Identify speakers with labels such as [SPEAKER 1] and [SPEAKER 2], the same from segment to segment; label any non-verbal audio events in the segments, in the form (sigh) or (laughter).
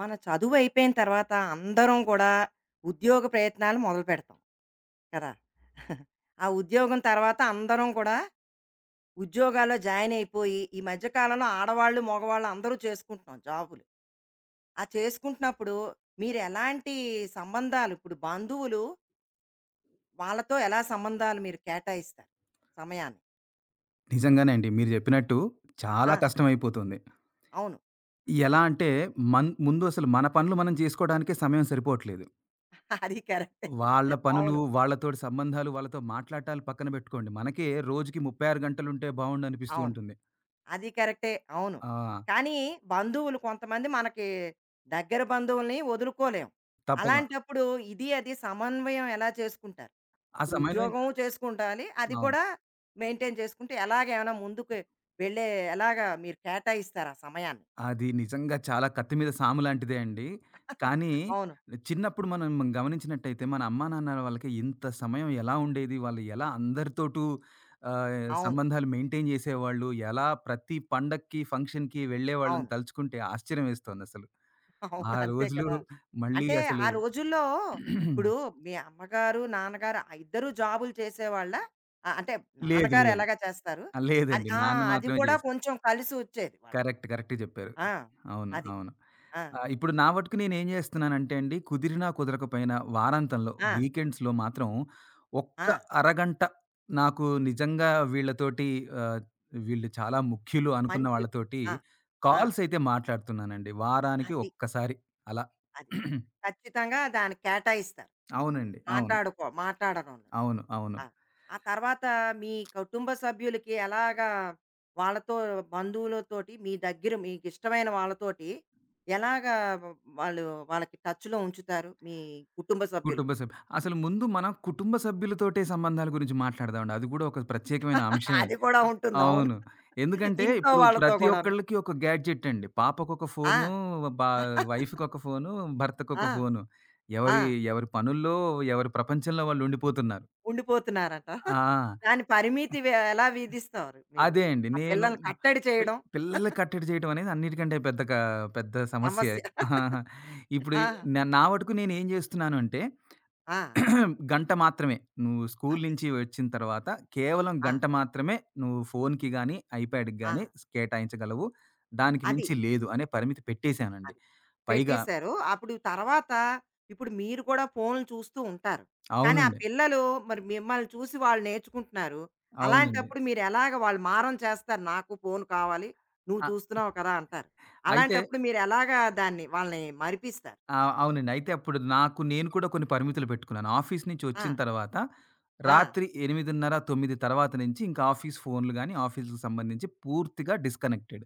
[SPEAKER 1] మన చదువు అయిపోయిన తర్వాత అందరం కూడా ఉద్యోగ ప్రయత్నాలు మొదలు పెడతాం కదా (laughs) ఆ ఉద్యోగం తర్వాత అందరం కూడా ఉద్యోగాల్లో జాయిన్ అయిపోయి ఈ మధ్య కాలంలో ఆడవాళ్ళు మగవాళ్ళు అందరూ చేసుకుంటున్నాం జాబులు ఆ చేసుకుంటున్నప్పుడు మీరు ఎలాంటి సంబంధాలు ఇప్పుడు బంధువులు వాళ్ళతో ఎలా సంబంధాలు మీరు కేటాయిస్తారు సమయాన్ని
[SPEAKER 2] నిజంగానే అండి. మీరు జెప్పినట్టు చాలా
[SPEAKER 1] ఆ,
[SPEAKER 2] కష్టమైపోతుంది.
[SPEAKER 1] అవును
[SPEAKER 2] ఎలా అంటే ముందు అసలు మన పనులు మనం జేసుకోడానికే సమయం సరిపోవట్లేదు.
[SPEAKER 1] (laughs) అది కరెక్ట్
[SPEAKER 2] వాళ్ళ పనులు,
[SPEAKER 1] అవును
[SPEAKER 2] వాళ్ళతోటి సంబంధాలు, వాళ్ళతో మాట్లాడటాలు పక్కన బెట్టుకోండి. మనకే రోజుకి 36 గంటలుంటే బావుండనిపిస్తూ
[SPEAKER 1] అవును
[SPEAKER 2] ఉంటుంది.
[SPEAKER 1] అది కరెక్టే. అవును.
[SPEAKER 2] ఆ!
[SPEAKER 1] కానీ బంధువులు కొంతమంది మనకి దగ్గర బంధువుల్ని వదులుకోలేం.
[SPEAKER 2] తప్పగా.
[SPEAKER 1] అలాంటప్పుడు ఇది, అది సమన్వయం ఎలా చేసుకుంటారు?
[SPEAKER 2] ఆ
[SPEAKER 1] ఇప్పుడు
[SPEAKER 2] సమయం
[SPEAKER 1] ఉద్యోగం చేసుకుంటాలి. అది
[SPEAKER 2] అవును.
[SPEAKER 1] కూడా మెయింటైన్ చేసుకుంటే ఎలాగేమైనా ముందుకు వెళ్ళే ఎలాగా మీరు కేటాయిస్తారా సమయాన్ని?
[SPEAKER 2] అది నిజంగా చాలా కత్తి మీద సాము లాంటిదే అండి. కానీ
[SPEAKER 1] అవును.
[SPEAKER 2] చిన్నప్పుడు మనం గమనించినట్టయితే మన అమ్మా నాన్నల వాళ్ళకి ఇంత సమయం ఎలా ఉండేది? వాళ్ళు ఎలా అందరితోటూ ఆహ్,
[SPEAKER 1] అవును.
[SPEAKER 2] సంబంధాలు మెయింటైన్ చేసేవాళ్ళు? ఎలా ప్రతి పండక్కి, ఫంక్షన్‌కి వెళ్ళేవాళ్ళని
[SPEAKER 1] అవును.
[SPEAKER 2] తలుచుకుంటే ఆశ్చర్యమేస్తోందసలు. ఆ
[SPEAKER 1] అవును. అంతే
[SPEAKER 2] రోజులు
[SPEAKER 1] కదా!
[SPEAKER 2] మళ్ళీ
[SPEAKER 1] అంటే
[SPEAKER 2] అసలు
[SPEAKER 1] ఆ రోజుల్లో ఇప్పుడు
[SPEAKER 2] (clears throat)
[SPEAKER 1] మీ అమ్మగారు, నాన్నగారు ఆ ఇద్దరూ జాబులు చేసేవాళ్ళా? ఆహ్, అంటే
[SPEAKER 2] లేదు
[SPEAKER 1] నాన్నగారు
[SPEAKER 2] లేదు.
[SPEAKER 1] ఎలాగా చేస్తారు?
[SPEAKER 2] ఆ!
[SPEAKER 1] అది
[SPEAKER 2] లేదండి.
[SPEAKER 1] ఆ!
[SPEAKER 2] నాన్న
[SPEAKER 1] అది
[SPEAKER 2] మాత్రమే
[SPEAKER 1] కూడా
[SPEAKER 2] చేసింది.
[SPEAKER 1] కొంచెం కలిసి వచ్చేది వాళ్ళకి.
[SPEAKER 2] కరెక్ట్. కరెక్ట్‌గా జెప్పారు.
[SPEAKER 1] ఆ!
[SPEAKER 2] అవును.
[SPEAKER 1] అది.
[SPEAKER 2] అవును.
[SPEAKER 1] ఆ!
[SPEAKER 2] ఇప్పుడు నా మటుకు నేనేం జేస్తున్నానంటే అండి, కుదిరినా కుదరకపోయినా వారాంతంలో,
[SPEAKER 1] ఆ!
[SPEAKER 2] వీకెండ్స్‌లో మాత్రం ఒక్క
[SPEAKER 1] ఆ!
[SPEAKER 2] అరగంట నాకు నిజంగా వీళ్ళతోటి ఆహ్, వీళ్ళు చాలా ముఖ్యులు అనుకున్న
[SPEAKER 1] మంచి
[SPEAKER 2] వాళ్ళతోటి
[SPEAKER 1] ఆ! ఆ!
[SPEAKER 2] కాల్స్ అయితే మాట్లాడుతున్నానండి. వారానికి
[SPEAKER 1] అది.
[SPEAKER 2] ఒక్కసారి అలా.
[SPEAKER 1] అది. ఖచ్చితంగా దానికి కేటాయిస్తారు.
[SPEAKER 2] అవునండి. అవును.
[SPEAKER 1] మాట్లాడడంలో.
[SPEAKER 2] అవును. అవును.
[SPEAKER 1] ఆ! ఆ తర్వాత మీ కుటుంబ సభ్యులకి ఎలాగా వాళ్ళతో బంధువులతోటి మీ దగ్గర మీకిష్టమైన వాళ్ళతోటి ఎలాగా వ వాళ్ళు వాళ్ళకి టచ్‌లో ఉంచుతారు మీ కుటుంబ సభ్యులు?
[SPEAKER 2] కుటుంబ సభ్యు అసలు ముందు మనం కుటుంబ సభ్యులతోటే సంబంధాల గురించి మాట్లాడదామండి. అది గూడా ఒక ప్రత్యేకమైన
[SPEAKER 1] (laughs)
[SPEAKER 2] అంశమే.
[SPEAKER 1] అది కూడా ఉంటుంది. అవును.
[SPEAKER 2] అవును. ఎందుకంటే
[SPEAKER 1] ఇంట్లో
[SPEAKER 2] ఇప్పుడు
[SPEAKER 1] వాళ్ళతో
[SPEAKER 2] ప్రతి
[SPEAKER 1] కూడాను.
[SPEAKER 2] ఒక్కళ్ళకి ఒక గ్యాడ్జెట్ అండి. పాపకొక
[SPEAKER 1] ఆ!
[SPEAKER 2] ఫోను, బా
[SPEAKER 1] (laughs)
[SPEAKER 2] వైఫ్‌కొక ఫోను,
[SPEAKER 1] ఆ!
[SPEAKER 2] భర్తకొక ఫోను.
[SPEAKER 1] ఆ!
[SPEAKER 2] ఎవరి ఎవరి పనుల్లో, ఎవరి ప్రపంచంలో వాళ్ళుండిపోతున్నారు.
[SPEAKER 1] ఉండిపోతున్నారంట.
[SPEAKER 2] ఆ!
[SPEAKER 1] దాని పరిమితి ఎలా విధిస్తారు మీరు?
[SPEAKER 2] అదే అండి.
[SPEAKER 1] ఆ
[SPEAKER 2] నేను
[SPEAKER 1] పిల్లల్ని కట్టడి చేయడం
[SPEAKER 2] పిల్లలకి కట్టడి చేయడం అనేది అన్నిటికంటే పెద్ద సమస్యే.
[SPEAKER 1] సమస్య. (laughs)
[SPEAKER 2] ఇప్పుడు
[SPEAKER 1] ఆ!
[SPEAKER 2] నా నా వటుకు నేనేం జేస్తున్నానంటే
[SPEAKER 1] ఆ!
[SPEAKER 2] గంట మాత్రమే. నువ్వు స్కూలు
[SPEAKER 1] అది.
[SPEAKER 2] నుంచి వచ్చిన తర్వాత కేవలం
[SPEAKER 1] ఆ!
[SPEAKER 2] గంట మాత్రమే నువ్వు ఫోన్‌కి గాని, ఐప్యాడ్‌కి
[SPEAKER 1] ఆ!
[SPEAKER 2] గాని కేటాయించగలవు. దానికి
[SPEAKER 1] అది.
[SPEAKER 2] మించి లేదు అనే పరిమితి పెట్టేసానండి.
[SPEAKER 1] అది.
[SPEAKER 2] పైగా
[SPEAKER 1] పెట్టేశారు. అప్పుడు తర్వాత ఇప్పుడు మీరు కూడా ఫోన్‌లు చూస్తూ ఉంటారు. కానీ ఆ
[SPEAKER 2] అవునండి.
[SPEAKER 1] పిల్లలు మరి మిమ్మల్ని చూసి వాళ్ళు నేర్చుకుంటున్నారు.
[SPEAKER 2] అవునండి.
[SPEAKER 1] అలాంటప్పుడు మీరెలాగ వాళ్ళు మారం చేస్తారు. నాకు ఫోను కావాలి. నువ్వు
[SPEAKER 2] అ
[SPEAKER 1] చూస్తున్నావు కదా! అంటారు.
[SPEAKER 2] అయితే
[SPEAKER 1] అలాంటప్పుడు మీరెలాగా దాన్ని వాళ్ళని మరిపిస్తారు?
[SPEAKER 2] అవునండి. అయితే అప్పుడు నాకు నేను కూడా కొన్ని పరిమితులు పెట్టుకున్నాను. ఆఫీస్ నుంచి
[SPEAKER 1] ఆ!
[SPEAKER 2] వచ్చిన తర్వాత
[SPEAKER 1] ఆ!
[SPEAKER 2] రాత్రి 8:30, 9 తర్వాత నుంచి ఇంకా ఆఫీస్ ఫోన్‌లు గాని, ఆఫీస్‌కి సంబంధించి పూర్తిగా డిస్‌కనెక్టెడ్.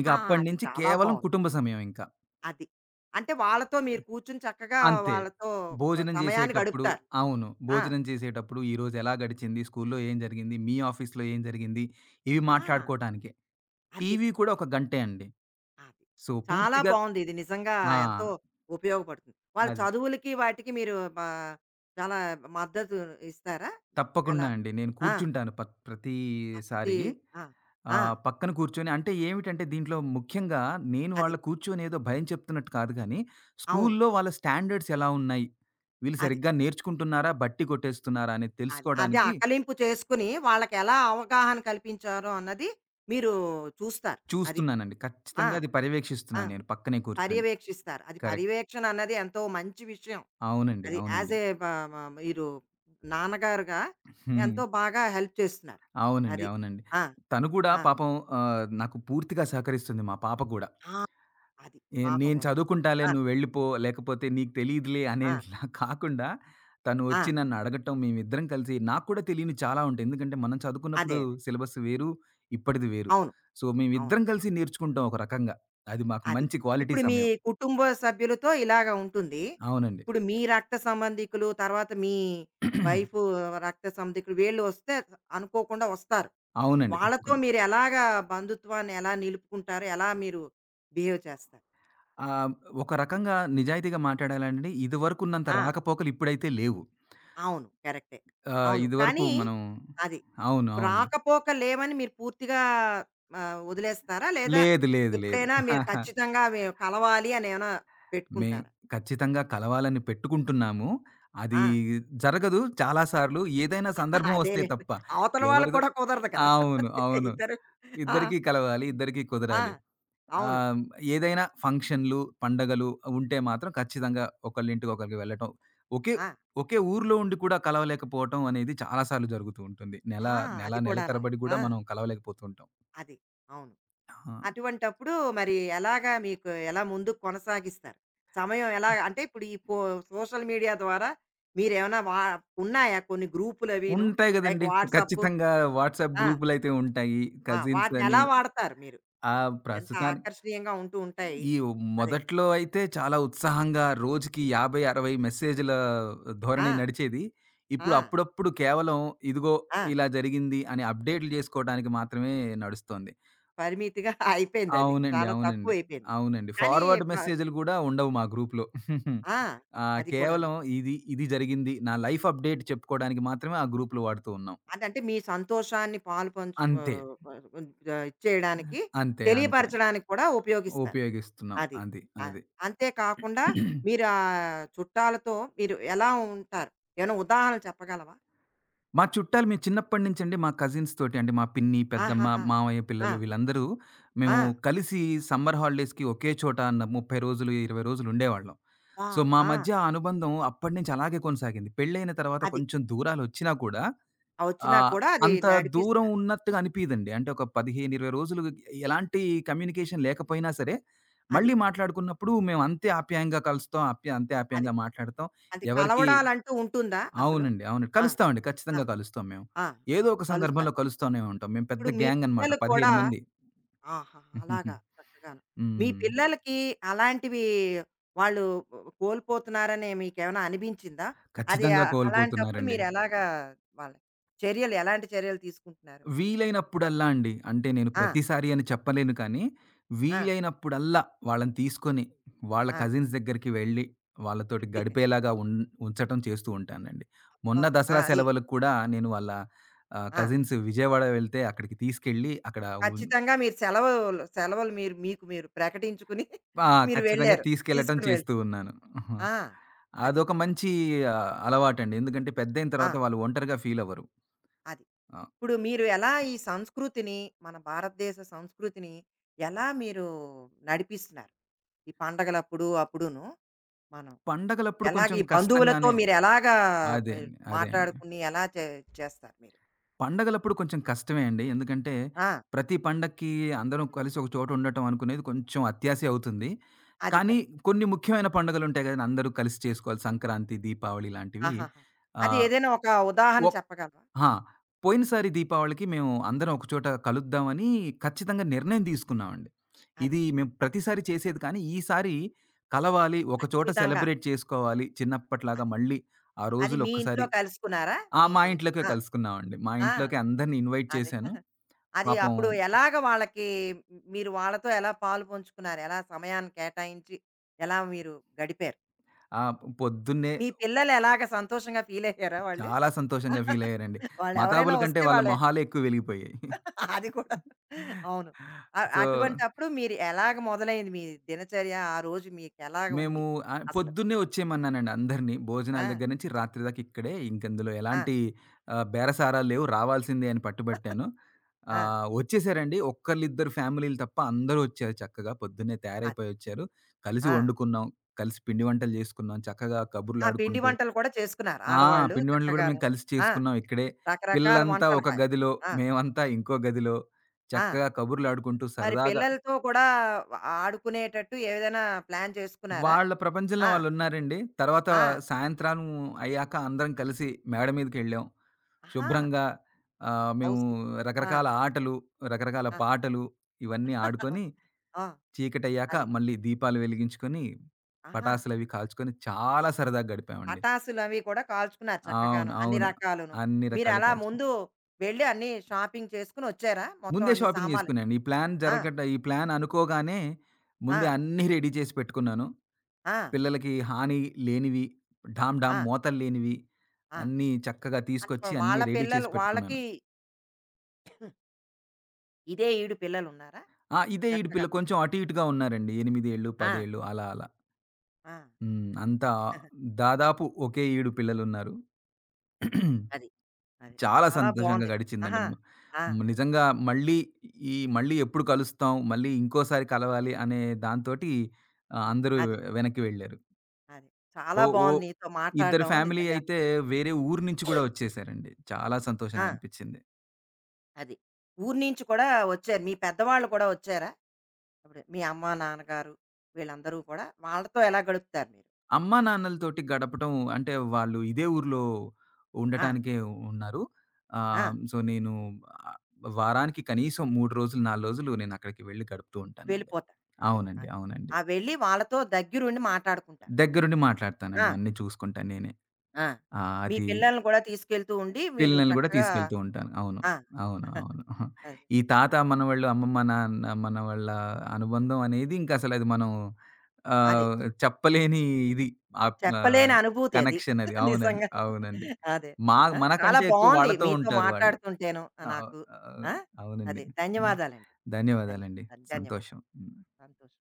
[SPEAKER 2] ఇంక
[SPEAKER 1] అది
[SPEAKER 2] అప్పటినుంచి
[SPEAKER 1] చాలా
[SPEAKER 2] కేవలం
[SPEAKER 1] బావుంది.
[SPEAKER 2] కుటుంబ సమయం ఇంక.
[SPEAKER 1] అది. అంటే వాళ్ళతో మీరు కూర్చొని చక్కగా
[SPEAKER 2] అంతే.
[SPEAKER 1] వాళ్ళతో
[SPEAKER 2] భోజనం
[SPEAKER 1] సమయాన్ని
[SPEAKER 2] జేసేటప్పుడు
[SPEAKER 1] గడుపుతారు.
[SPEAKER 2] అవును.
[SPEAKER 1] ఆ!
[SPEAKER 2] భోజనం చేసేటప్పుడు ఈరోజు ఎలా గడిచింది? స్కూల్లో ఏం జరిగింది? మీ ఆఫీస్‌లో ఏం జరిగింది? ఇవి
[SPEAKER 1] ఆ!
[SPEAKER 2] మాట్లాడుకోవటానికే.
[SPEAKER 1] అది.
[SPEAKER 2] టీవీ కూడా ఒక గంటే అండి.
[SPEAKER 1] అది.
[SPEAKER 2] సో,
[SPEAKER 1] చాలా
[SPEAKER 2] పూర్తిగా
[SPEAKER 1] బావుంది. ఇది నిజంగా
[SPEAKER 2] ఆ!
[SPEAKER 1] ఎంతో ఉపయోగపడుతుంది. వాళ్ళ
[SPEAKER 2] అది.
[SPEAKER 1] చదువులకి వాటికి మీరు చాలా మద్దతు ఇస్తారా?
[SPEAKER 2] తప్పకుండా
[SPEAKER 1] ఎలా?
[SPEAKER 2] అండి. నేను
[SPEAKER 1] ఆ!
[SPEAKER 2] కూర్చుంటాను ప్రతీసారి.
[SPEAKER 1] భక్తి ఆ! ఆ!
[SPEAKER 2] పక్కన కూర్చొని అంటే ఏమిటంటే దీంట్లో ముఖ్యంగా నేను
[SPEAKER 1] అది.
[SPEAKER 2] వాళ్ళ కూర్చొని ఏదో భయం చెప్తున్నట్టు కాదు గానీ,
[SPEAKER 1] అవును.
[SPEAKER 2] స్కూల్లో వాళ్ళ స్టాండర్డ్స్ ఎలా ఉన్నాయి? వీళ్ళు
[SPEAKER 1] అది.
[SPEAKER 2] సరిగ్గా నేర్చుకుంటున్నారా? బట్టి కొట్టేస్తున్నారా? అనేది
[SPEAKER 1] అది. అదే
[SPEAKER 2] తెలుసుకోవడానికి
[SPEAKER 1] అకలింపు చేసుకొని వాళ్ళకెలా అవగాహన కల్పించారో అన్నది మీరు చూస్తారు. అది.
[SPEAKER 2] చూస్తున్నానండి.
[SPEAKER 1] ఆ!
[SPEAKER 2] ఖచ్చితంగా అది
[SPEAKER 1] ఆ!
[SPEAKER 2] పర్యవేక్షిస్తున్నాను నేను పక్కనే కూర్చొని.
[SPEAKER 1] పర్యవేక్షిస్తారు. అది
[SPEAKER 2] కరెక్ట్.
[SPEAKER 1] పర్యవేక్షణ అన్నది ఎంతో మంచి విషయం.
[SPEAKER 2] అవునండి.
[SPEAKER 1] అది యాజ్
[SPEAKER 2] అవునండి.
[SPEAKER 1] ఏ ప మ మీరు నాన్నగారుగా
[SPEAKER 2] హ్మ్.
[SPEAKER 1] ఎంతో బాగా హెల్ప్ చేస్తున్నారు.
[SPEAKER 2] అవునండి.
[SPEAKER 1] అది.
[SPEAKER 2] అవునండి.
[SPEAKER 1] ఆ!
[SPEAKER 2] తను కూడా
[SPEAKER 1] ఆ!
[SPEAKER 2] పాపం నాకు పూర్తిగా సహకరిస్తుంది మా పాప కూడా.
[SPEAKER 1] ఆ! అది.
[SPEAKER 2] ఏ
[SPEAKER 1] పాప
[SPEAKER 2] "నేను
[SPEAKER 1] కూడాను.
[SPEAKER 2] చదువుకుంటాలే
[SPEAKER 1] ఆ!
[SPEAKER 2] నువ్వెళ్ళిపో. లేకపోతే నీకు తెలీదులే"
[SPEAKER 1] ఆ!
[SPEAKER 2] అనేదిలా (laughs) కాకుండా తను
[SPEAKER 1] ఆ!
[SPEAKER 2] వచ్చి నన్ను అడగటం, మేమిద్దరం కలిసి నాకు కూడా తెలియనివి చాలా ఉంటాయి. ఎందుకంటే మనం చదువుకున్నప్పుడు
[SPEAKER 1] అదే. అదే.
[SPEAKER 2] సిలబస్ వేరు, ఇప్పటిది వేరు.
[SPEAKER 1] అవును.
[SPEAKER 2] సో,
[SPEAKER 1] అవును.
[SPEAKER 2] మేమిద్దరం కలిసి నేర్చుకుంటాం ఒక రకంగా. అది మాకు
[SPEAKER 1] అది.
[SPEAKER 2] మంచి క్వాలిటీ
[SPEAKER 1] ఇప్పుడు మీ
[SPEAKER 2] సమయం.
[SPEAKER 1] కుటుంబ సభ్యులతో ఇలాగ ఉంటుంది.
[SPEAKER 2] అవునండి.
[SPEAKER 1] ఇప్పుడు మీ రక్త సంబంధికులు, తర్వాత మీ వైఫు
[SPEAKER 2] (clears throat)
[SPEAKER 1] రక్త సంబంధికులు వీళ్ళు వస్తే అనుకోకుండా వస్తారు.
[SPEAKER 2] అవునండి.
[SPEAKER 1] వాళ్ళతో
[SPEAKER 2] తప్పకుండా.
[SPEAKER 1] మీరు ఎలాగా బంధుత్వాన్ని ఎలా నిలుపుకుంటారు? ఎలా మీరు బిహేవ్ చేస్తారు?
[SPEAKER 2] ఆహ్, ఒక రకంగా నిజాయితీగా మాట్లాడాలండి ఇదివరకున్నంత
[SPEAKER 1] ఆ!
[SPEAKER 2] రాకపోకలు ఇప్పుడైతే లేవు.
[SPEAKER 1] అవును. కరెక్టే. అవును.
[SPEAKER 2] ఇదివరకు
[SPEAKER 1] కానీ
[SPEAKER 2] మనం
[SPEAKER 1] అది
[SPEAKER 2] అవును. అవును.
[SPEAKER 1] రాకపోకలు లేవని మీరు పూర్తిగా ఆహ్, వదిలేస్తారా? లేదా
[SPEAKER 2] లేదు. లేదు. లేదు.
[SPEAKER 1] ఎప్పుడైనా మీరు
[SPEAKER 2] (laughs)
[SPEAKER 1] ఖచ్చితంగా మే కలవాలి అని ఏమైనా
[SPEAKER 2] మేము
[SPEAKER 1] పెట్టుకుంటారా?
[SPEAKER 2] ఖచ్చితంగా కలవాలని పెట్టుకుంటున్నాము. అది
[SPEAKER 1] ఆ!
[SPEAKER 2] జరగదు చాలా సార్లు. ఏదైనా సందర్భం వస్తే
[SPEAKER 1] అదేలెండి.
[SPEAKER 2] తప్ప.
[SPEAKER 1] అవతల వాళ్ళకి
[SPEAKER 2] ఎవరిదో
[SPEAKER 1] కూడా కుదరదు కదా!
[SPEAKER 2] అవును. అవును.
[SPEAKER 1] ఇద్దరు ఆ!
[SPEAKER 2] ఇద్దరికీ కలవాలి. ఇద్దరికీ
[SPEAKER 1] ఆ!
[SPEAKER 2] కుదరాలి.
[SPEAKER 1] అవును.
[SPEAKER 2] ఆహ్, ఏదైనా ఫంక్షన్‌లు, పండగలు ఉంటే మాత్రం ఖచ్చితంగా ఒకళ్ళింటికి ఒకళ్ళకి వెళ్ళటం. ఒకే,
[SPEAKER 1] ఆ!
[SPEAKER 2] ఒకే ఊర్లో ఉండి కూడా కలవలేకపోవటం అనేది చాలా సార్లు జరుగుతూ ఉంటుంది. నెల,
[SPEAKER 1] ఆ!
[SPEAKER 2] నెల,
[SPEAKER 1] అది
[SPEAKER 2] నెల
[SPEAKER 1] కూడానా.
[SPEAKER 2] తరబడి కూడా
[SPEAKER 1] ఆ!
[SPEAKER 2] మనం కలవలేకపోతూ ఉంటాం.
[SPEAKER 1] అది. అవును.
[SPEAKER 2] ఆ!
[SPEAKER 1] అటువంటప్పుడు మరి ఎలాగా మీకు ఎలా ముందుకు కొనసాగిస్తారు? సమయం ఎలా అంటే ఇప్పుడు ఈ సోషల్ మీడియా ద్వారా మీరేమైనా ఉన్నాయా కొన్ని గ్రూపులవీను?
[SPEAKER 2] ఉంటాయి
[SPEAKER 1] లైక్
[SPEAKER 2] గదండీ!
[SPEAKER 1] వాట్సాప్
[SPEAKER 2] ఖచ్చితంగా వాట్సాప్
[SPEAKER 1] ఆ!
[SPEAKER 2] గ్రూపులైతే ఉంటాయి.
[SPEAKER 1] ఆ!
[SPEAKER 2] కజిన్స్
[SPEAKER 1] వాటిని
[SPEAKER 2] అని.
[SPEAKER 1] ఎలా వాడతారు మీరు?
[SPEAKER 2] ఆ!
[SPEAKER 1] అది ఎంత
[SPEAKER 2] ప్రస్తుతానికి
[SPEAKER 1] ఆకర్షణీయంగా ఉంటూ ఉంటాయి.
[SPEAKER 2] ఈ
[SPEAKER 1] అదే.
[SPEAKER 2] మొదట్లో అయితే చాలా ఉత్సాహంగా రోజుకి 50, 60 మెసేజ్‌ల
[SPEAKER 1] ఆ!
[SPEAKER 2] ధోరణి నడిచేది.
[SPEAKER 1] ఆ!
[SPEAKER 2] ఇప్పుడు అప్పుడప్పుడు కేవలం ఇదిగో
[SPEAKER 1] ఆ!
[SPEAKER 2] ఇలా జరిగింది అని అప్డేట్‌లు చేసుకోవడానికి మాత్రమే నడుస్తోంది.
[SPEAKER 1] పరిమితిగా (laughs) అయిపోయిందది.
[SPEAKER 2] అవునండి.
[SPEAKER 1] చాలా
[SPEAKER 2] అవునండి.
[SPEAKER 1] తక్కువైపోయింది.
[SPEAKER 2] అవునండి.
[SPEAKER 1] కానీ
[SPEAKER 2] ఫార్వర్డ్
[SPEAKER 1] ప
[SPEAKER 2] మెసేజ్‌లు కూడా ఉండవు మా గ్రూప్‌లో. (laughs)
[SPEAKER 1] ఆ!
[SPEAKER 2] ఆ!
[SPEAKER 1] అది కూడాను.
[SPEAKER 2] కేవలం ఇది జరిగింది. నా లైఫ్ అప్డేట్ చెప్పుకోవడానికి మాత్రమే ఆ గ్రూప్‌లు వాడుతూ ఉన్నాం.
[SPEAKER 1] అదంటే మీ సంతోషాన్ని పాలు పంచు
[SPEAKER 2] అంతే.
[SPEAKER 1] ఆహ్, ఆహ్, ఇచ్చేయడానికి
[SPEAKER 2] అంతే. అంతే.
[SPEAKER 1] తెలియపరచడానికి కూడా ఉపయోగిస్తారు.
[SPEAKER 2] ఉపయోగిస్తున్నాం.
[SPEAKER 1] అది.
[SPEAKER 2] అది.
[SPEAKER 1] ఆ!
[SPEAKER 2] అది.
[SPEAKER 1] అంతే కాకుండా మీరు ఆహ్, చుట్టాలతో మీరు ఎలా ఉంటారు? ఏమైనా ఉదాహరణలు చెప్పగలవా?
[SPEAKER 2] మా చుట్టాలు మేము చిన్నప్పటి నుంచి అండి మా కజిన్స్ తోటి అంటే మా పిన్ని, పెద్దమ్మ,
[SPEAKER 1] ఆహాహా!
[SPEAKER 2] మామయ్య
[SPEAKER 1] ఆ!
[SPEAKER 2] పిల్లలు వీళ్ళందరూ
[SPEAKER 1] ఆ!
[SPEAKER 2] మేము కలిసి సమ్మర్ హాలిడేస్‌కి ఒకే చోట అన్న 30 రోజులు, 20 రోజులు ఉండేవాళ్ళం.
[SPEAKER 1] ఆ!
[SPEAKER 2] సో, మా
[SPEAKER 1] ఆ!
[SPEAKER 2] మధ్య ఆ అనుబంధం అప్పటినుంచి అలాగే కొనసాగింది. పెళ్ళైన తర్వాత
[SPEAKER 1] అది.
[SPEAKER 2] కొంచెం దూరాలొచ్చినా కూడా
[SPEAKER 1] ఆ! వచ్చినా
[SPEAKER 2] ఆహ్,
[SPEAKER 1] కూడా అది
[SPEAKER 2] అంత దూరం
[SPEAKER 1] నడిపిస్తున్నారు.
[SPEAKER 2] ఉన్నట్టుగా అనిపియదండి. అంటే ఒక 15, 20 రోజులు ఎలాంటి కమ్యూనికేషన్ లేకపోయినా సరే,
[SPEAKER 1] అది.
[SPEAKER 2] మళ్ళీ మాట్లాడుకున్నప్పుడు మేము అంతే ఆప్యాయంగా కలుస్తాం. అంతే
[SPEAKER 1] అది.
[SPEAKER 2] ఆప్యాయంగా మాట్లాడతాం.
[SPEAKER 1] అది
[SPEAKER 2] ఎవరికీ
[SPEAKER 1] కలవడాలంటూ ఉంటుందా అసలు?
[SPEAKER 2] అవునండి. అవును.
[SPEAKER 1] ఆ!
[SPEAKER 2] కలుస్తామండి.
[SPEAKER 1] ఆ!
[SPEAKER 2] ఖచ్చితంగా కలుస్తాం మేము.
[SPEAKER 1] ఆ!
[SPEAKER 2] ఏదో ఒక సందర్భంలో
[SPEAKER 1] కలుస్తారు.
[SPEAKER 2] కలుస్తానే ఉంటాం. మేము పెద్ద
[SPEAKER 1] ఇప్పుడు మీ
[SPEAKER 2] గ్యాంగ్ అనమాట
[SPEAKER 1] పిల్లలు కూడా
[SPEAKER 2] 15 మంది.
[SPEAKER 1] ఆహా! అలాగా
[SPEAKER 2] (laughs)
[SPEAKER 1] చక్కగాను. మీ
[SPEAKER 2] హ్మ్.
[SPEAKER 1] పిల్లలకి అలాంటివి వాళ్ళు కోల్పోతున్నారని మీకేమైనా అనిపించిందా? అది ఆ!
[SPEAKER 2] ఖచ్చితంగా
[SPEAKER 1] ఆహ్, అలాంటప్పుడు
[SPEAKER 2] కోల్పోతున్నారండి.
[SPEAKER 1] మీరెలాగా వాళ్ళ చర్యలు ఎలాంటి చర్యలు తీసుకుంటున్నారు?
[SPEAKER 2] వీలైనప్పుడల్లా అండి. అంటే నేను
[SPEAKER 1] ఆ!
[SPEAKER 2] ప్రతిసారి అని చెప్పలేను కానీ,
[SPEAKER 1] ఆ!
[SPEAKER 2] వీలైనప్పుడల్లా వాళ్ళని తీసుకొని, వాళ్ళ
[SPEAKER 1] ఆ!
[SPEAKER 2] కజిన్స్ దగ్గరికి వెళ్ళి, వాళ్ళతోటి
[SPEAKER 1] అది.
[SPEAKER 2] గడిపేలాగా ఉన్ ఉంచటం చేస్తూ ఉంటానండి. మొన్న
[SPEAKER 1] అబ్బా! ఆ!
[SPEAKER 2] దసరా
[SPEAKER 1] అది.
[SPEAKER 2] సెలవులకు కూడా నేను వాళ్ళ
[SPEAKER 1] ఆ!
[SPEAKER 2] కజిన్స్ విజయవాడ వెళ్తే అక్కడికి తీసుకెళ్ళి అక్కడ ఉన్
[SPEAKER 1] ఖచ్చితంగా మీరు సెలవులు సెలవులు మీరు మీరు ప్రకటించుకుని (laughs)
[SPEAKER 2] ఆ!
[SPEAKER 1] మీరు
[SPEAKER 2] ఖచ్చితంగా
[SPEAKER 1] వెళ్లారు.
[SPEAKER 2] తీసుకెళ్ళటం
[SPEAKER 1] తీసుకొని వెళ్
[SPEAKER 2] చేస్తూ ఉన్నాను.
[SPEAKER 1] ఆ! అది.
[SPEAKER 2] అదొక మంచి అలవాటండి. ఎందుకంటే పెద్దయిన
[SPEAKER 1] ఆ!
[SPEAKER 2] తర్వాత వాళ్ళు ఒంటరిగా ఫీలవ్వరు.
[SPEAKER 1] అది.
[SPEAKER 2] ఆ!
[SPEAKER 1] ఇప్పుడు మీరు ఎలా ఈ సంస్కృతిని, మన భారతదేశ సంస్కృతిని ఎలా మీరు నడిపిస్తున్నారు? ఈ పండగలప్పుడు అప్పుడును మనం.
[SPEAKER 2] పండగలప్పుడు
[SPEAKER 1] ఎలాగ
[SPEAKER 2] కొంచెం
[SPEAKER 1] ఈ బంధువులతో
[SPEAKER 2] కష్టంగానే
[SPEAKER 1] మీరెలాగా మీరు
[SPEAKER 2] అదే అండి.
[SPEAKER 1] మాట్లాడుకుని ఎలా చేస్తారు మీరు?
[SPEAKER 2] పండగలప్పుడు కొంచెం కష్టమే అండి. ఎందుకంటే
[SPEAKER 1] ఆ!
[SPEAKER 2] ప్రతి పండక్కి అందరం కలిసి ఒక చోట ఉండటం అనుకునేది కొంచెం అత్యాశే అవుతుంది.
[SPEAKER 1] అది
[SPEAKER 2] కానీ
[SPEAKER 1] కరెక్ట్.
[SPEAKER 2] కొన్ని ముఖ్యమైన పండుగలుంటాయి గదండీ! అందరూ కలిసి చేసుకోవాలి. సంక్రాంతి, దీపావళి లాంటివి.
[SPEAKER 1] ఆహాహా! అది
[SPEAKER 2] ఆహ్,
[SPEAKER 1] ఏదైనా ఒక ఉదాహరణ
[SPEAKER 2] ఒక్
[SPEAKER 1] చెప్పగలవా?
[SPEAKER 2] ఆ! పోయినసారి దీపావళికి మేము అందరం ఒకచోట కలుద్దామని ఖచ్చితంగా నిర్ణయం తీసుకున్నామండి.
[SPEAKER 1] అది.
[SPEAKER 2] ఇది మేము ప్రతిసారి చేసేది కానీ, ఈసారి కలవాలి, ఒకచోట
[SPEAKER 1] ఖచ్చితంగా.
[SPEAKER 2] సెలబ్రేట్ చేసుకోవాలి. చిన్నప్పటిలాగా
[SPEAKER 1] అది.
[SPEAKER 2] మళ్ళీ ఆ
[SPEAKER 1] అది
[SPEAKER 2] రోజులు
[SPEAKER 1] మీ ఇంట్లో
[SPEAKER 2] ఒక్కసారి
[SPEAKER 1] కలుసుకున్నారా?
[SPEAKER 2] ఆ! మా
[SPEAKER 1] మీది
[SPEAKER 2] ఇంట్లోకే
[SPEAKER 1] ఆ!
[SPEAKER 2] కలుసుకున్నామండి. మా
[SPEAKER 1] ఆ!
[SPEAKER 2] ఇంట్లోకి అందరిని ఇన్వైట్
[SPEAKER 1] అదే.
[SPEAKER 2] చేశాను.
[SPEAKER 1] అది
[SPEAKER 2] పాపం
[SPEAKER 1] అప్పుడు ఎలాగ వాళ్ళకి మీరు వాళ్ళతో ఎలా పాలు పంచుకున్నారు? ఎలా సమయాన్ని కేటాయించి ఎలా మీరు గడిపారు?
[SPEAKER 2] ఆహ్, పొద్దున్నే
[SPEAKER 1] మీ పిల్లలు ఎలాగ సంతోషంగా ఫీల్ అయ్యారా వాళ్ళు?
[SPEAKER 2] చాలా సంతోషంగా ఫీల్ అయ్యారండి.
[SPEAKER 1] (laughs) వాళ్ళు ఎవరైనా
[SPEAKER 2] మతాబుల కంటే
[SPEAKER 1] వస్తే
[SPEAKER 2] వాళ్ళ
[SPEAKER 1] వాళ్ళే
[SPEAKER 2] మొహాలే ఎక్కువ వెలిగిపోయాయి.
[SPEAKER 1] (laughs) అది కూడా అవును.
[SPEAKER 2] సో
[SPEAKER 1] అటువంటప్పుడు మీరు ఎలాగ మొదలైంది మీ దినచర్య? ఆ రోజు మీకు ఎలాగ
[SPEAKER 2] మేము
[SPEAKER 1] ఉంది అసలు?
[SPEAKER 2] పొద్దున్నే వచ్చేయమన్నానండి అందరిని.
[SPEAKER 1] ఆ!
[SPEAKER 2] భోజనాల దగ్గర నుంచి రాత్రి దాకా ఇక్కడే. ఇంకందులో
[SPEAKER 1] ఆ!
[SPEAKER 2] ఎలాంటి బేరసారాలు లేవు. రావాల్సిందే అని పట్టుబట్టాను.
[SPEAKER 1] ఆ!
[SPEAKER 2] వచ్చేసారండి. ఒక్కళ్ళిద్దరు ఫ్యామిలీలు తప్ప అందరూ వచ్చారు చక్కగా. పొద్దున్నే
[SPEAKER 1] అది.
[SPEAKER 2] తయారైపోయి వచ్చారు. కలిసి
[SPEAKER 1] ఆ!
[SPEAKER 2] వండుకున్నాం. కలిసి పిండి వంటలు చేసుకున్నాం. చక్కగా
[SPEAKER 1] ఆ పిండి
[SPEAKER 2] కబుర్లాడుకుంటూ
[SPEAKER 1] వంటలు కూడా చేసుకున్నారు
[SPEAKER 2] ఆ!
[SPEAKER 1] ఆడవాళ్ళు
[SPEAKER 2] పిండి వంటలు కూడా మేము
[SPEAKER 1] చక్కగాను.
[SPEAKER 2] కలిసి
[SPEAKER 1] ఆ!
[SPEAKER 2] చేసుకున్నాం ఇక్కడే.
[SPEAKER 1] రకరకాల
[SPEAKER 2] పిల్లలంతా
[SPEAKER 1] వంటలు
[SPEAKER 2] ఒక
[SPEAKER 1] కాయలు.
[SPEAKER 2] గదిలో,
[SPEAKER 1] ఆ!
[SPEAKER 2] మేమంతా ఇంకో గదిలో
[SPEAKER 1] ఆ!
[SPEAKER 2] చక్కగా కబుర్లాడుకుంటూ
[SPEAKER 1] మరి
[SPEAKER 2] సరదాగా
[SPEAKER 1] పిల్లలతో కూడా ఆడుకునేటట్టు ఏదైనా ప్లాన్ చేసుకున్నారా?
[SPEAKER 2] వాళ్ళ ప్రపంచంలో
[SPEAKER 1] ఆ!
[SPEAKER 2] వాళ్ళున్నారండి. తర్వాత
[SPEAKER 1] ఆ!
[SPEAKER 2] సాయంత్రం అయ్యాక అందరం కలిసి మేడ మీదకెళ్ళాం.
[SPEAKER 1] ఆహా!
[SPEAKER 2] శుభ్రంగా మేము
[SPEAKER 1] హౌస్‌కి. ఆ!
[SPEAKER 2] రకరకాల ఆటలు, రకరకాల
[SPEAKER 1] ఆ!
[SPEAKER 2] పాటలు ఇవన్నీ ఆడుకొని,
[SPEAKER 1] ఆ!
[SPEAKER 2] చీకటయ్యాక
[SPEAKER 1] అది.
[SPEAKER 2] మళ్ళీ దీపాలు వెలిగించుకొని,
[SPEAKER 1] ఆహా!
[SPEAKER 2] పటాసులవి కాల్చుకొని చాలా సరదాగా గడిపామండి.
[SPEAKER 1] పటాసులవి కూడా కాల్చుకున్నారు
[SPEAKER 2] అవును.
[SPEAKER 1] చక్కగాను. అన్ని
[SPEAKER 2] అవును.
[SPEAKER 1] రకాలును.
[SPEAKER 2] అన్ని రకాలు
[SPEAKER 1] మీరలా
[SPEAKER 2] కాల్చుకున్నాం.
[SPEAKER 1] ముందు వెళ్లి అన్నీ షాపింగ్ చేసుకొని వచ్చారా? మొత్తం
[SPEAKER 2] ముందే
[SPEAKER 1] అన్ని
[SPEAKER 2] షాపింగ్
[SPEAKER 1] సామాన్లు.
[SPEAKER 2] జేసుకున్నాండి.
[SPEAKER 1] ఆ!
[SPEAKER 2] ఈ ప్లాన్ అనుకోగానే
[SPEAKER 1] ఆ!
[SPEAKER 2] ముందే అన్నీ రెడీ చేసి పెట్టుకున్నాను.
[SPEAKER 1] ఆ!
[SPEAKER 2] పిల్లలకి హాని లేనివి, ఢాం ఢాం
[SPEAKER 1] ఆ!
[SPEAKER 2] మోతలు లేనివి
[SPEAKER 1] ఆ!
[SPEAKER 2] అన్నీ చక్కగా
[SPEAKER 1] అంటే
[SPEAKER 2] తీసుకొచ్చి
[SPEAKER 1] ఇప్పుడు
[SPEAKER 2] అన్నీ
[SPEAKER 1] వాళ్ళ
[SPEAKER 2] రెడీ చేసి
[SPEAKER 1] పిల్లలు
[SPEAKER 2] పెట్టుకున్నాను.
[SPEAKER 1] వాళ్ళకి ఇదే ఈడు పిల్లలున్నారా?
[SPEAKER 2] ఆ! ఇదే ఈడు
[SPEAKER 1] చక్కగా.
[SPEAKER 2] పిల్ల కొంచెం అటు ఇటుగా ఉన్నారండి. 8 ఏళ్ళు,
[SPEAKER 1] ఆ!
[SPEAKER 2] 10 ఏళ్ళు అలా అలా.
[SPEAKER 1] ఆ!
[SPEAKER 2] హ్మ్. అంతా
[SPEAKER 1] అదే. (laughs)
[SPEAKER 2] దాదాపు ఒకే ఈడు పిల్లలున్నారు.
[SPEAKER 1] అది. అది.
[SPEAKER 2] చాలా
[SPEAKER 1] చాలా
[SPEAKER 2] సంతోషంగా
[SPEAKER 1] బావుంది.
[SPEAKER 2] గడిచిందండి.
[SPEAKER 1] ఆహా!
[SPEAKER 2] మ
[SPEAKER 1] ఆ!
[SPEAKER 2] నిజంగా మళ్ళీ మళ్ళీ ఎప్పుడు కలుస్తాం? మళ్ళీ ఇంకోసారి కలవాలి అనే దాంతోటి అందరూ
[SPEAKER 1] అది.
[SPEAKER 2] వెనక్కి వెళ్లారు.
[SPEAKER 1] అది. చాలా
[SPEAKER 2] ఓ ఓ
[SPEAKER 1] బావుంది నీతో
[SPEAKER 2] ఇద్దరు
[SPEAKER 1] మాట్లాడడం
[SPEAKER 2] ఫ్యామిలీ
[SPEAKER 1] నిజంగా.
[SPEAKER 2] అయితే వేరే ఊరు నుంచి కూడా వచ్చేసారండి. చాలా
[SPEAKER 1] ఆ!
[SPEAKER 2] సంతోషంగా అనిపిచ్చింది.
[SPEAKER 1] అది. ఊరు నుంచి కూడా వచ్చారు. మీ పెద్దవాళ్ళు కూడా వచ్చారా? ఇప్పుడు మీ అమ్మ, నాన్నగారు వీళ్ళందరూ కూడా వాళ్ళతో ఎలా గడుపుతారు మీరు?
[SPEAKER 2] అమ్మా నాన్నలతోటి గడపటం అంటే వాళ్ళు ఇదే ఊర్లో
[SPEAKER 1] ఆ!
[SPEAKER 2] ఉండటానికే ఉన్నారు.
[SPEAKER 1] ఆ!
[SPEAKER 2] సో, నేను ఆహ్, వారానికి కనీసం 3 రోజులు, 4 రోజులు నేనక్కడికి వెళ్లి గడుపుతూ ఉంటానండి.
[SPEAKER 1] వెళ్ళిపోతారు. అది.
[SPEAKER 2] అవునండి.
[SPEAKER 1] అది.
[SPEAKER 2] అవునండి.
[SPEAKER 1] ఆ! వెళ్ళి వాళ్ళతో దగ్గరుండి మాట్లాడుకుంటారు మీరు.
[SPEAKER 2] దగ్గరుండి
[SPEAKER 1] ఆ!
[SPEAKER 2] మాట్లాడతానండి. అన్నీ చూసుకుంటాను నేనే.
[SPEAKER 1] ఆ!
[SPEAKER 2] ఆ!
[SPEAKER 1] మీ
[SPEAKER 2] అది
[SPEAKER 1] పిల్లల్ని కూడా తీసుకెళ్తూ ఉండి మీరు
[SPEAKER 2] పిల్లల్ని గూడా
[SPEAKER 1] చక్కగా
[SPEAKER 2] తీసుకెళ్తూ ఉంటాను. అవును.
[SPEAKER 1] ఆ!
[SPEAKER 2] అవును.
[SPEAKER 1] (laughs)
[SPEAKER 2] అవును.
[SPEAKER 1] అది.
[SPEAKER 2] ఈ తాత మనవళ్ళు, అమ్మమ్మ, నాన్న మనవళ్ళ అనుబంధం అనేది ఇంకసలది మనం
[SPEAKER 1] అది.
[SPEAKER 2] ఆహ్, చెప్పలేని ఇది ఆప్ ఆహ్,
[SPEAKER 1] చెప్పలేని అనుభూతి అది.
[SPEAKER 2] కనెక్షన్ అది.
[SPEAKER 1] (laughs)
[SPEAKER 2] అవునండి.
[SPEAKER 1] నిజంగా.
[SPEAKER 2] అవునండి.
[SPEAKER 1] అదే.
[SPEAKER 2] మా
[SPEAKER 1] ఆ! చాలా
[SPEAKER 2] మనకంటే ఎక్కువ
[SPEAKER 1] బావుంది
[SPEAKER 2] వాళ్ళతో
[SPEAKER 1] మీతో
[SPEAKER 2] ఉంటారు వాళ్ళు.
[SPEAKER 1] మాట్లాడుతుంటేను ఆ,
[SPEAKER 2] అవ్
[SPEAKER 1] నాకు.
[SPEAKER 2] ఆహ్,
[SPEAKER 1] ఆ!
[SPEAKER 2] అవునండి.
[SPEAKER 1] అదే.
[SPEAKER 2] హ్మ్.
[SPEAKER 1] ధన్యవాదాలండి.
[SPEAKER 2] ధన్యవాదాలండి.
[SPEAKER 1] ధన్
[SPEAKER 2] సంతోషం.
[SPEAKER 1] ధన్యవాదాలు.
[SPEAKER 2] హ్మ్.
[SPEAKER 1] సంతోషం.